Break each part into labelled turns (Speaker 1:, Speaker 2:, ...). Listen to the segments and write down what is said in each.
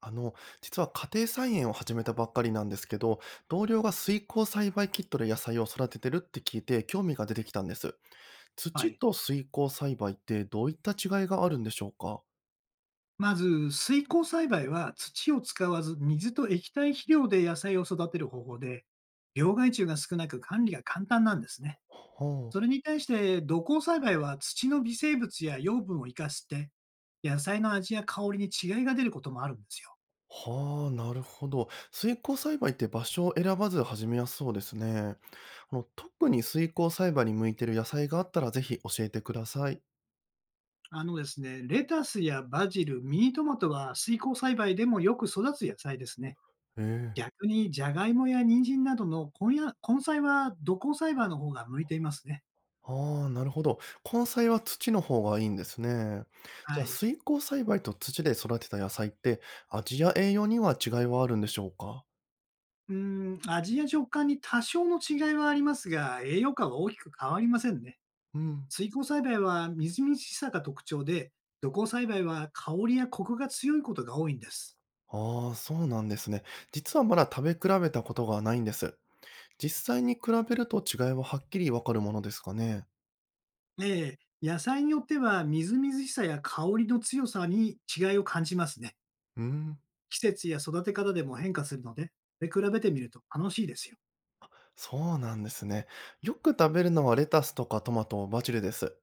Speaker 1: あの、実は家庭菜園を始めたばっかりなんですけど、同僚が水耕栽培キットで野菜を育ててるって聞いて興味が出てきたんです。
Speaker 2: は
Speaker 1: 土
Speaker 2: い。
Speaker 1: と水耕栽培ってどういった違いがあるんでしょうか？
Speaker 2: まず、水耕栽培は土を使わず水と液体肥料で野菜を育てる方法で、病害虫が少なく管理が簡単なんですね。
Speaker 1: はあ、
Speaker 2: それに対して土耕栽培は土の微生物や養分を生かして野菜の味や香りに違いが出ることもあるんですよ。
Speaker 1: はあ、なるほど。水耕栽培って場所を選ばず始めやすそうですね。あの特に水耕栽培に向いてる野菜があったらぜひ教えてください。
Speaker 2: あのですね、レタスやバジル、ミニトマトは水耕栽培でもよく育つ野菜ですね。
Speaker 1: ええ。
Speaker 2: 逆にジャガイモや人参などの根や根菜は土耕栽培の方が向いていますね。
Speaker 1: ああ、なるほど。根菜は土の方がいいんですね。じ
Speaker 2: は
Speaker 1: ゃあ、
Speaker 2: い。
Speaker 1: 水耕栽培と土で育てた野菜って、味や栄養には違いはあるんでしょうか？
Speaker 2: 味や食感に多少の違いはありますが、栄養価は大きく変わりませんね。
Speaker 1: うん。
Speaker 2: 水耕栽培はみずみずしさが特徴で、土耕栽培は香りやコクが強いことが多いんです。
Speaker 1: ああ、そうなんですね。実はまだ食べ比べたことがないんです。実際に比べると違いははっきりわかるものですかね。
Speaker 2: ええ、野菜によってはみずみずしさや香りの強さに違いを感じますね。
Speaker 1: うん。
Speaker 2: 季節や育て方でも変化するので、で比べてみると楽しいですよ。
Speaker 1: そうなんですね。よく食べるのはレタスとかトマト、バジルです。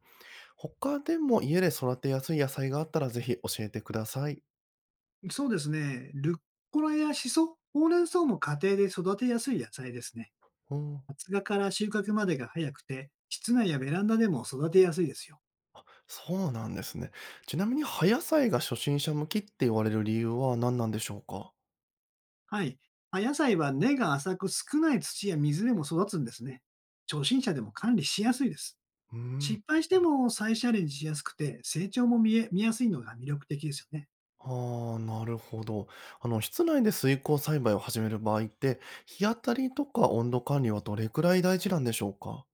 Speaker 1: 他でも家で育てやすい野菜があったらぜひ教えてください。
Speaker 2: そうですね。ルッコラやシソ、ほうれん草も家庭で育てやすい野菜ですね。
Speaker 1: うん。
Speaker 2: 発芽から収穫までが早くて、室内やベランダでも育てやすいですよ。
Speaker 1: そうなんですね。ちなみに葉野菜が初心者向きって言われる理由は何なんでしょうか？
Speaker 2: はい。葉野菜は根が浅く少ない土や水でも育つんですね。初心者でも管理しやすいです。
Speaker 1: うーん。
Speaker 2: 失敗しても再チャレンジしやすくて、成長も見やすいのが魅力的ですよね。
Speaker 1: ああ、なるほど。あの、室内で水耕栽培を始める場合って、日当たりとか温度管理はどれくらい大事なんでしょうか？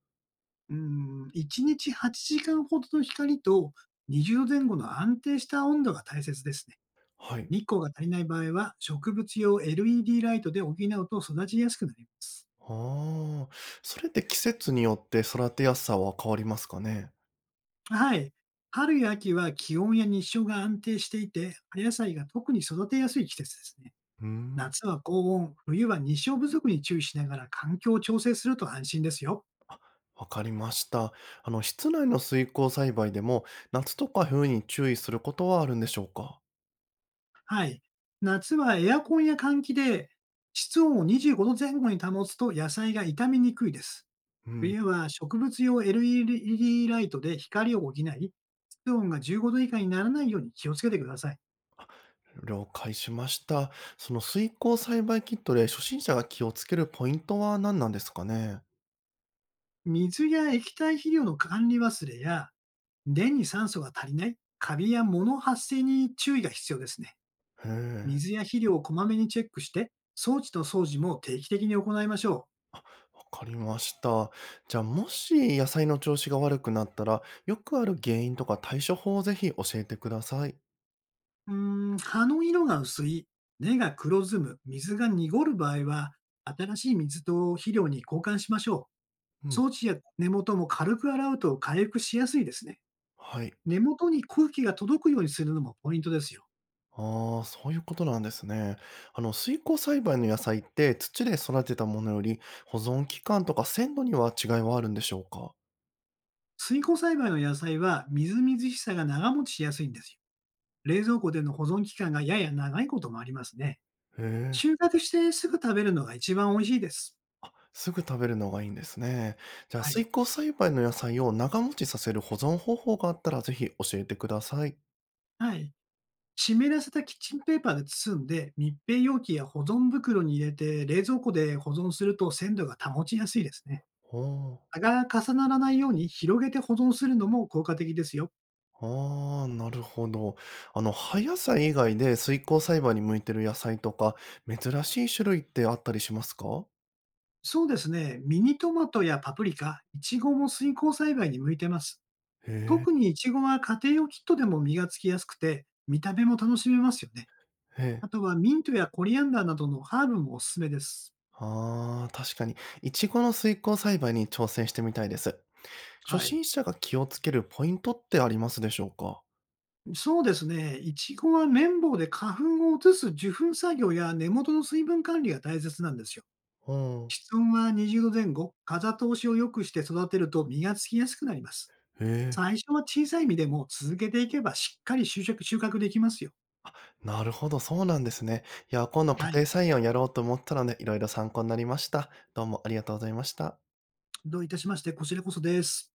Speaker 2: うん、1日8時間ほどの光と20度前後の安定した温度が大切ですね。
Speaker 1: はい。
Speaker 2: 日光が足りない場合は、植物用 LED ライトで補うと育ちやすくなります。
Speaker 1: ああ、それって季節によって育てやすさは変わりますかね？
Speaker 2: はい。春や秋は気温や日照が安定していて、春野菜が特に育てやすい季節ですね。
Speaker 1: うーん、
Speaker 2: 夏は高温、冬は日照不足に注意しながら環境を調整すると安心ですよ。
Speaker 1: わかりました。あの、室内の水耕栽培でも、夏とか冬に注意することはあるんでしょうか？
Speaker 2: はい。夏はエアコンや換気で室温を25度前後に保つと野菜が傷みにくいです。
Speaker 1: うん。
Speaker 2: 冬は植物用 LED ライトで光を補い、室温が15度以下にならないように気をつけてください。
Speaker 1: 了解しました。その水耕栽培キットで初心者が気をつけるポイントは何なんですかね。
Speaker 2: 水や液体肥料の管理忘れや便に酸素が足りない、カビや物発生に注意が必要ですね。
Speaker 1: へえ、
Speaker 2: 水や肥料をこまめにチェックして、装置と掃除も定期的に行いましょ
Speaker 1: わかりました。じゃあもし野菜の調子が悪くなったら、よくある原因とか対処法をぜひ教えてください。
Speaker 2: う。葉の色が薄い、根が黒ずむ、水が濁る場合は、新しい水と肥料に交換しましょう。
Speaker 1: うん。
Speaker 2: 装置や根元も軽く洗うと回復しやすいですね。
Speaker 1: はい。
Speaker 2: 根元に空気が届くようにするのもポイントですよ。
Speaker 1: ああ、そういうことなんですね。あの、水耕栽培の野菜って土で育てたものより保存期間とか鮮度には違いはあるんでしょうか？
Speaker 2: 水耕栽培の野菜はみずみずしさが長持ちしやすいんですよ。冷蔵庫での保存期間がやや長いこともありますね。
Speaker 1: へえ。
Speaker 2: 収穫してすぐ食べるのが一番美味しいです。
Speaker 1: すぐ食べるのがいいんですね。じゃあ、
Speaker 2: はい。
Speaker 1: 水耕栽培の野菜を長持ちさせる保存方法があったら、ぜひ教えてください。
Speaker 2: はい。湿らせたキッチンペーパーで包んで、密閉容器や保存袋に入れて、冷蔵庫で保存すると鮮度が保ちやすいですね。
Speaker 1: おー、
Speaker 2: 葉が重ならないように広げて保存するのも効果的ですよ。
Speaker 1: あー、なるほど。あの、葉野菜以外で水耕栽培に向いてる野菜とか、珍しい種類ってあったりしますか？
Speaker 2: そうですね。ミニトマトやパプリカ、イチゴも水耕栽培に向いてます。
Speaker 1: へ
Speaker 2: 特にイチゴは家庭用キットでも実がつきやすくて、見た目も楽しめますよね。
Speaker 1: え、へ
Speaker 2: あ
Speaker 1: え。
Speaker 2: とはミントやコリアンダーなどのハーブもおすすめです。
Speaker 1: ああ、確かに。いちごの水耕栽培に挑戦してみたいです。初
Speaker 2: はい。
Speaker 1: 心者が気をつけるポイントってありますでしょうか？
Speaker 2: そうですね。イチゴは綿棒で花粉を移す受粉作業や根元の水分管理が大切なんですよ。
Speaker 1: うん。
Speaker 2: 室温は20度前後、風通しを良くして育てると実がつきやすくなります。
Speaker 1: へえ。
Speaker 2: 最初は小さい実でも続けていけばしっかり収穫できますよ。
Speaker 1: なるほど、そうなんですね。いや、今度家
Speaker 2: はい。
Speaker 1: 庭菜園をやろうと思ったので、いろいろ参考になりました。どうもありがとうございました。
Speaker 2: どういたしまして、こちらこそです。